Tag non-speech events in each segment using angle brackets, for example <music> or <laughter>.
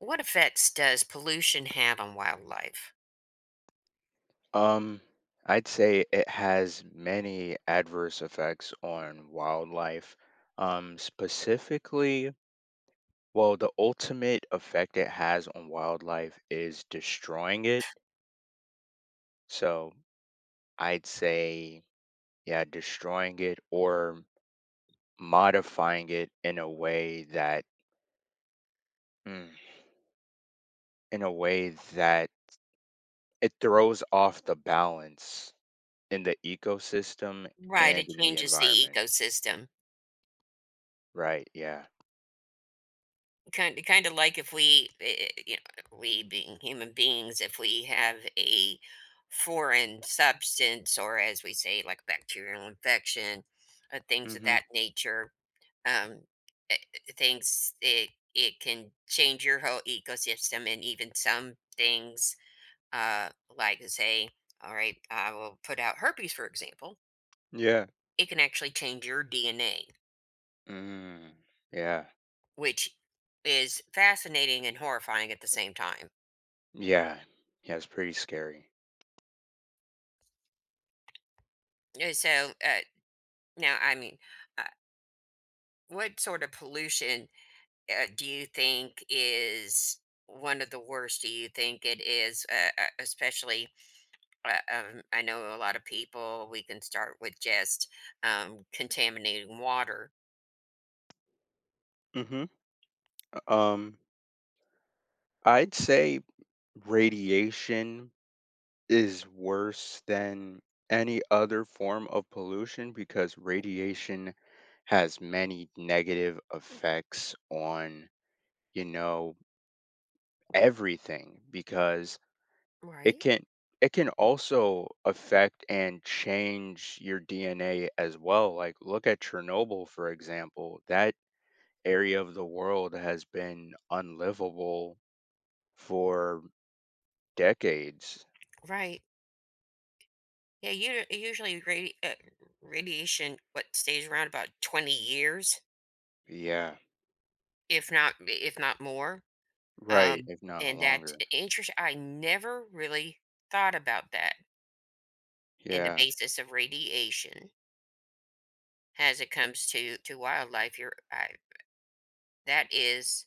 What effects does pollution have on wildlife? Um, I'd say it has many adverse effects on wildlife. Specifically, the ultimate effect it has on wildlife is destroying it. So I'd say, yeah, destroying it or modifying it in a way that, mm, in a way that it throws off the balance in the ecosystem Right, and it in the changes the environment. ecosystem. Right. Yeah. Kind of like if we, we being human beings, if we have a foreign substance, or as we say, like bacterial infection, things of Mm-hmm. that nature, um, eh, things it it can change your whole ecosystem, and even some things, uh, like say, all right, I will put out herpes, for example Yeah. it can actually change your DNA, Mm, yeah. which is fascinating and horrifying at the same time. Yeah. Yeah, it's pretty scary. So, now, I mean, uh, what sort of pollution do you think is one of the worst? Do you think it is, especially? I know a lot of people. We can start with just contaminating water. Hmm. Um, I'd say radiation is worse than any other form of pollution because radiation has many negative effects on, you know, everything because it Right. can it can also affect and change your DNA as well. Like look at Chernobyl for example. That area of the world has been unlivable for decades. Right. Yeah. You usually radiation what stays around about 20 years. Yeah, If not more, right, um, if not and that's longer. interest I never really thought about that in the Yeah, basis of radiation as it comes to wildlife, you're I that is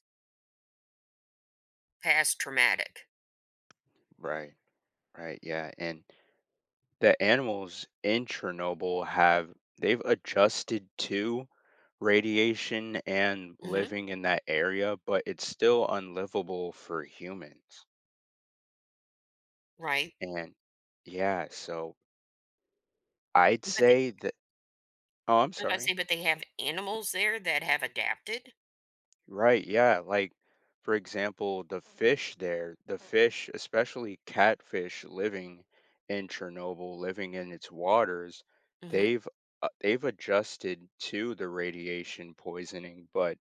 past traumatic. right, right, yeah. And the animals in Chernobyl have they've adjusted to radiation and Mhm, living in that area, but it's still unlivable for humans. right. And yeah, so I'd But they say that. Oh, I'm I was about to say, sorry. but they have animals there that have adapted? Right, yeah, like, for example, the fish there, the fish, especially catfish living in Chernobyl, living in its waters, Mhm. they've they've adjusted to the radiation poisoning, but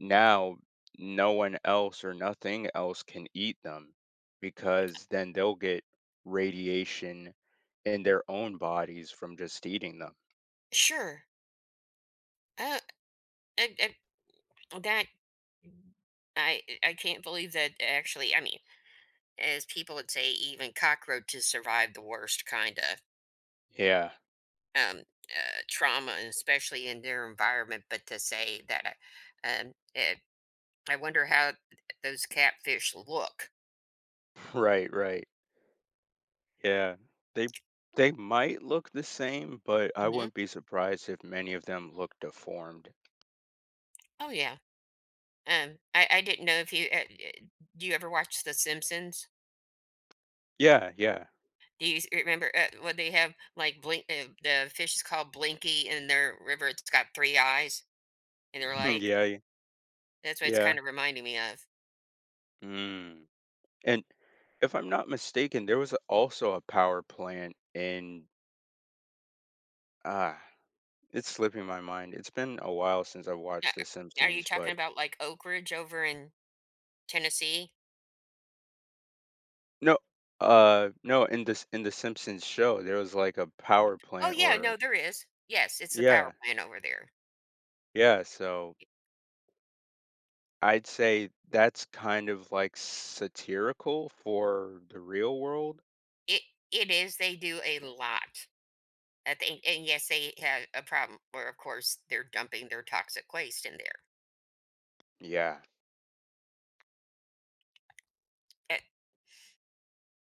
now no one else or nothing else can eat them because then they'll get radiation in their own bodies from just eating them. Sure. Uh, I I that I can't believe that actually, I mean, as people would say, even cockroaches survive the worst, kinda. Yeah, um, Trauma, and especially in their environment. But to say that, uh, um, uh, I wonder how those catfish look. <laughs> right, right. Yeah, they they might look the same, but I Hmm. wouldn't be surprised if many of them look deformed. Oh yeah. I didn't know if you, do you ever watch The Simpsons? Yeah, yeah. Do you remember what they have? Like the fish is called Blinky, and their river, it's got three eyes, and they're <laughs> like, Yeah, that's what it's yeah. kind of reminding me of. Mm. And if I'm not mistaken, there was also a power plant in ah, it's slipping my mind. It's been a while since I've Uh, watched The Are you Simpsons, talking but about like Oak Ridge over in Tennessee? no, no, in this in the Simpsons show, there was like a power Oh plant yeah, or no, there is. Yes, it's the power yeah, plant over there. yeah. So I'd say that's kind of, like, satirical for the real world. It it is. They do a lot, I think, and yes, they have a problem where, of course, they're dumping their toxic waste in there. Yeah. Uh,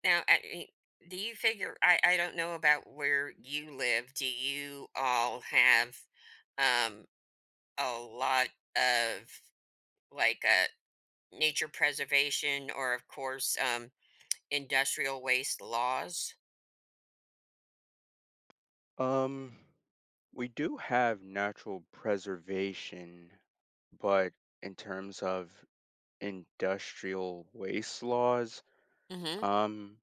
Now, I mean, do you figure? I don't know about where you live. Do you all have um a lot of, like, nature preservation or, of course, industrial waste laws? Um, we do have natural preservation, but in terms of industrial waste laws, Mm-hmm. um,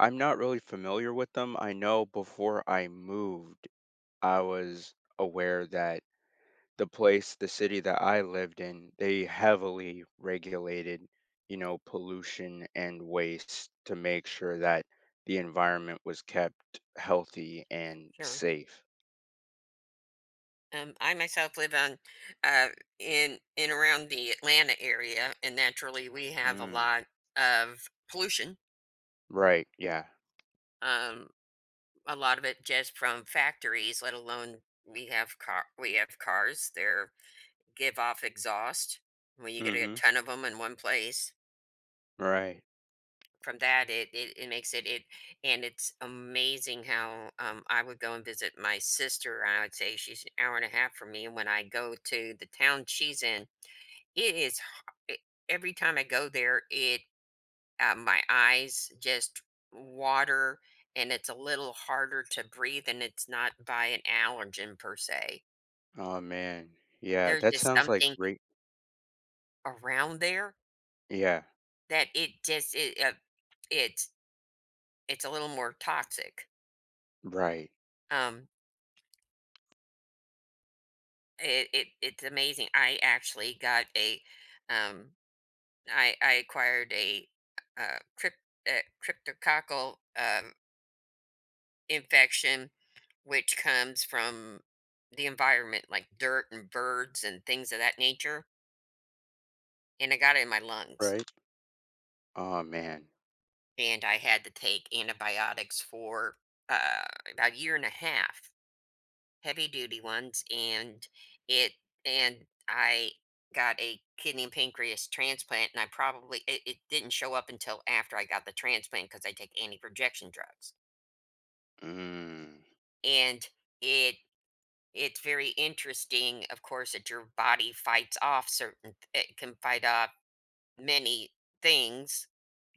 I'm not really familiar with them. I know before I moved, I was aware that the city that I lived in, they heavily regulated, you know, pollution and waste to make sure that the environment was kept healthy and Sure. safe. I myself live on uh, in around the Atlanta area, and naturally we have a Mm, lot of pollution. right. Yeah. Um, a lot of it just from factories, let alone we have cars. They give off exhaust. When you get a Mm-hmm. ton of them in one place, Right. from that it makes and it's amazing how, I would go and visit my sister. I would say she's an hour and a half from me, and when I go to the town she's in, It is h- e- every time I go there, it my eyes just water, and it's a little harder to breathe, and it's not by an allergen per se. Oh man. Yeah, There's that just sounds like something great. around there Yeah. that it just it's it's a little more toxic. Right. Um, it's amazing. I actually got a um, I acquired a uh, crypt, cryptococcal infection, which comes from the environment, like dirt and birds and things of that nature, and I got it in my lungs, Right. Oh man. and I had to take antibiotics for, uh, about a year and a half, heavy duty ones, it and I got a kidney and pancreas transplant, and I probably it didn't show up until after I got the transplant because I take anti-rejection drugs, Mm. and it It's very interesting, of course, that your body fights off certain it can fight off many things,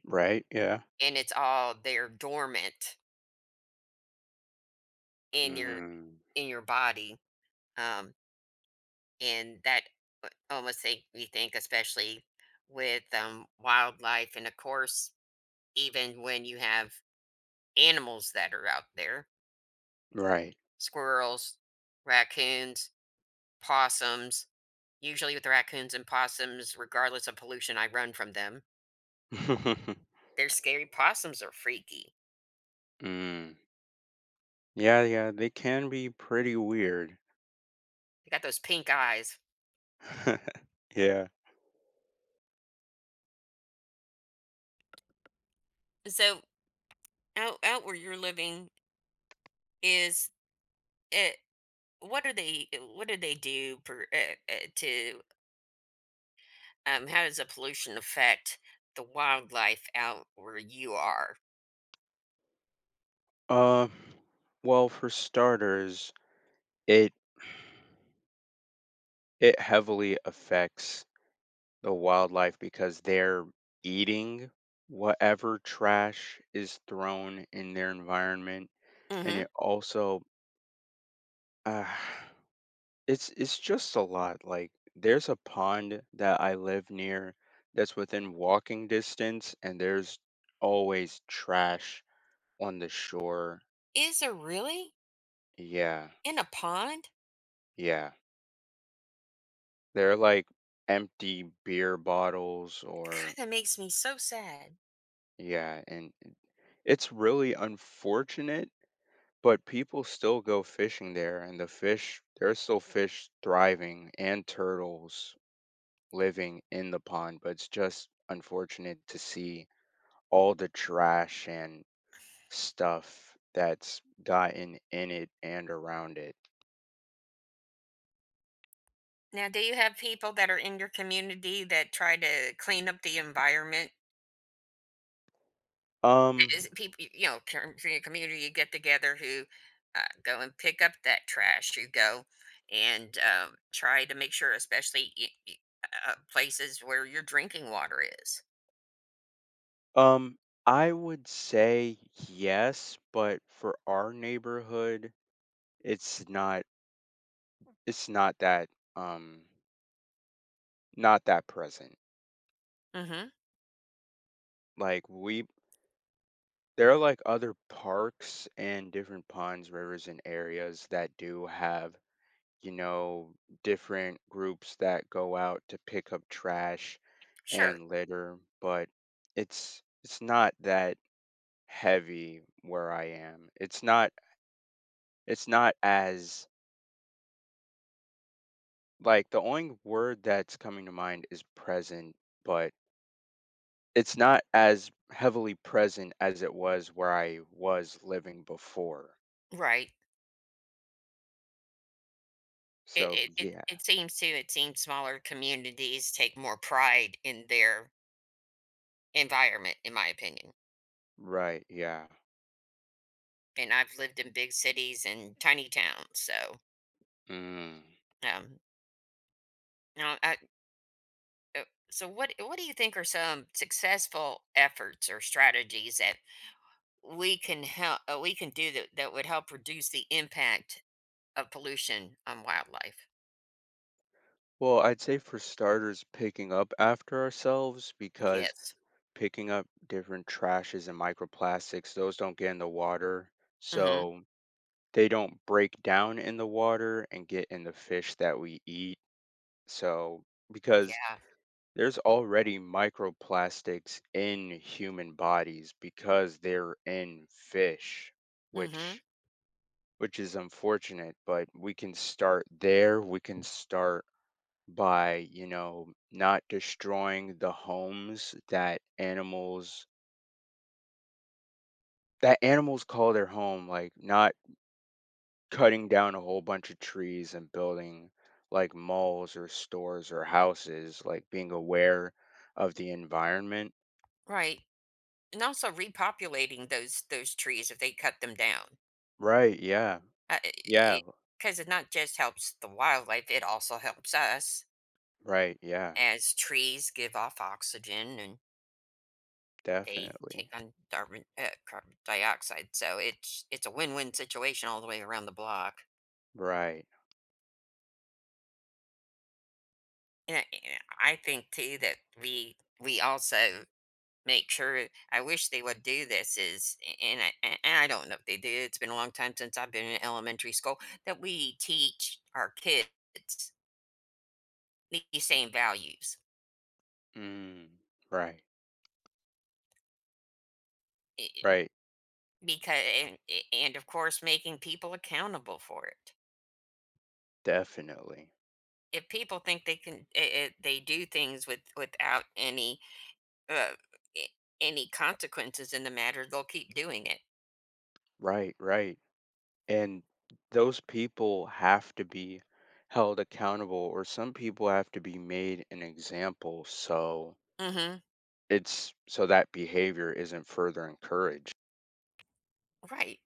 Right. Yeah. and it's all they're dormant in your Mm. Body, um, and that a almost make me think, especially with, wildlife and, of course, even when you have animals that are out there, Right. squirrels, raccoons, possums. Usually with raccoons and possums, regardless of pollution, I run from them. <laughs> Mm. Their scary possums are freaky. Yeah, yeah, they can be pretty weird. They got those pink eyes. <laughs> Yeah. So out where you're living, is it? What are they? What do they do per, to? How does the pollution affect the wildlife out where you are? Uh, well, for starters, it it heavily affects the wildlife because they're eating whatever trash is thrown in their environment, and it Hmm. also uh, it's just a lot. Like there's a pond that I live near that's within walking distance, and there's always trash on the shore. Is there really Yeah, in a pond? yeah. They're like empty beer bottles or Kind of makes me so sad. yeah, and it's really unfortunate, but people still go fishing there and the fish there's still fish thriving and turtles living in the pond, but it's just unfortunate to see all the trash and stuff that's gotten in it and around it. Now, do you have people that are in your community that try to clean up the environment? It Um, is people, you know, from your community, you get together, who, go and pick up that trash. You go and, try to make sure, especially, places where your drinking water is. um, I would say yes, but for our neighborhood, it's not it's not that, um, not that present. Hmm. Like, we there are, like, other parks and different ponds, rivers, and areas that do have, you know, different groups that go out to pick up trash Sure. and litter, but it's not that heavy where I am. It's not as like, the only word that's coming to mind is present, but it's not as heavily present as it was where I was living before. Right. It, So it it yeah, it seems to it seems smaller communities take more pride in their environment, in my opinion. right, yeah. And I've lived in big cities and tiny towns, so. Mm. um, Uh, So what do you think are some successful efforts or strategies that we can do, that that would help reduce the impact of pollution on wildlife? Well, I'd say for starters, picking up after ourselves because Yes. picking up different trashes and microplastics, those don't get in the water. Mhm. So they don't break down in the water and get in the fish that we eat. So because Yeah. there's already microplastics in human bodies because they're in fish, Mhm. which which is unfortunate, but we can start there. We can start by, you know, not destroying the homes that animals call their home, like not cutting down a whole bunch of trees and building like malls or stores or houses, like being aware of the environment. Right. And also repopulating those trees if they cut them down. Right, yeah. I- Yeah, it Because it not just helps the wildlife, it also helps us, right, yeah, as trees give off oxygen and they take definitely. on carbon dioxide. So it's a win-win situation all the way around the block. Right. And I think too that we also make sure. I wish they would do this. Is And I don't know if they do. It's been a long time since I've been in elementary school. That we teach our kids these same values. Mm, right, I- I- right, and of course, making people accountable for it, definitely. if people think they can, they do things without uh, a- any consequences in the matter, they'll keep doing it. Right, right. And those people have to be held accountable, or some people have to be made an example so Hmm. it's so that behavior isn't further encouraged. Right.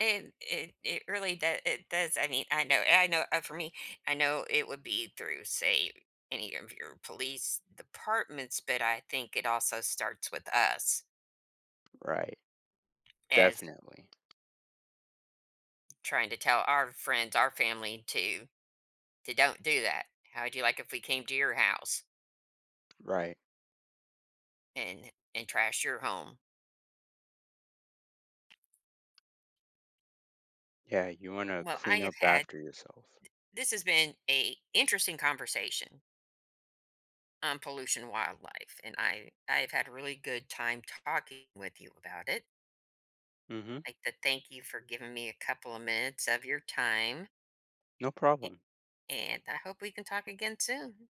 And it really does. It does. I mean, I know, for me, I know it would be through, say, any of your police departments, but I think it also starts with us, Right, as definitely. trying to tell our friends, our family to, don't do that. How would you like if we came to your house Right. and trashed your home? Yeah, you want to Well, clean up after yourself. this has been a interesting conversation on pollution wildlife, and I've had a really good time talking with you about it. Mm-hmm. I'd like to thank you for giving me a couple of minutes of your time, No a- problem. and I hope we can talk again soon.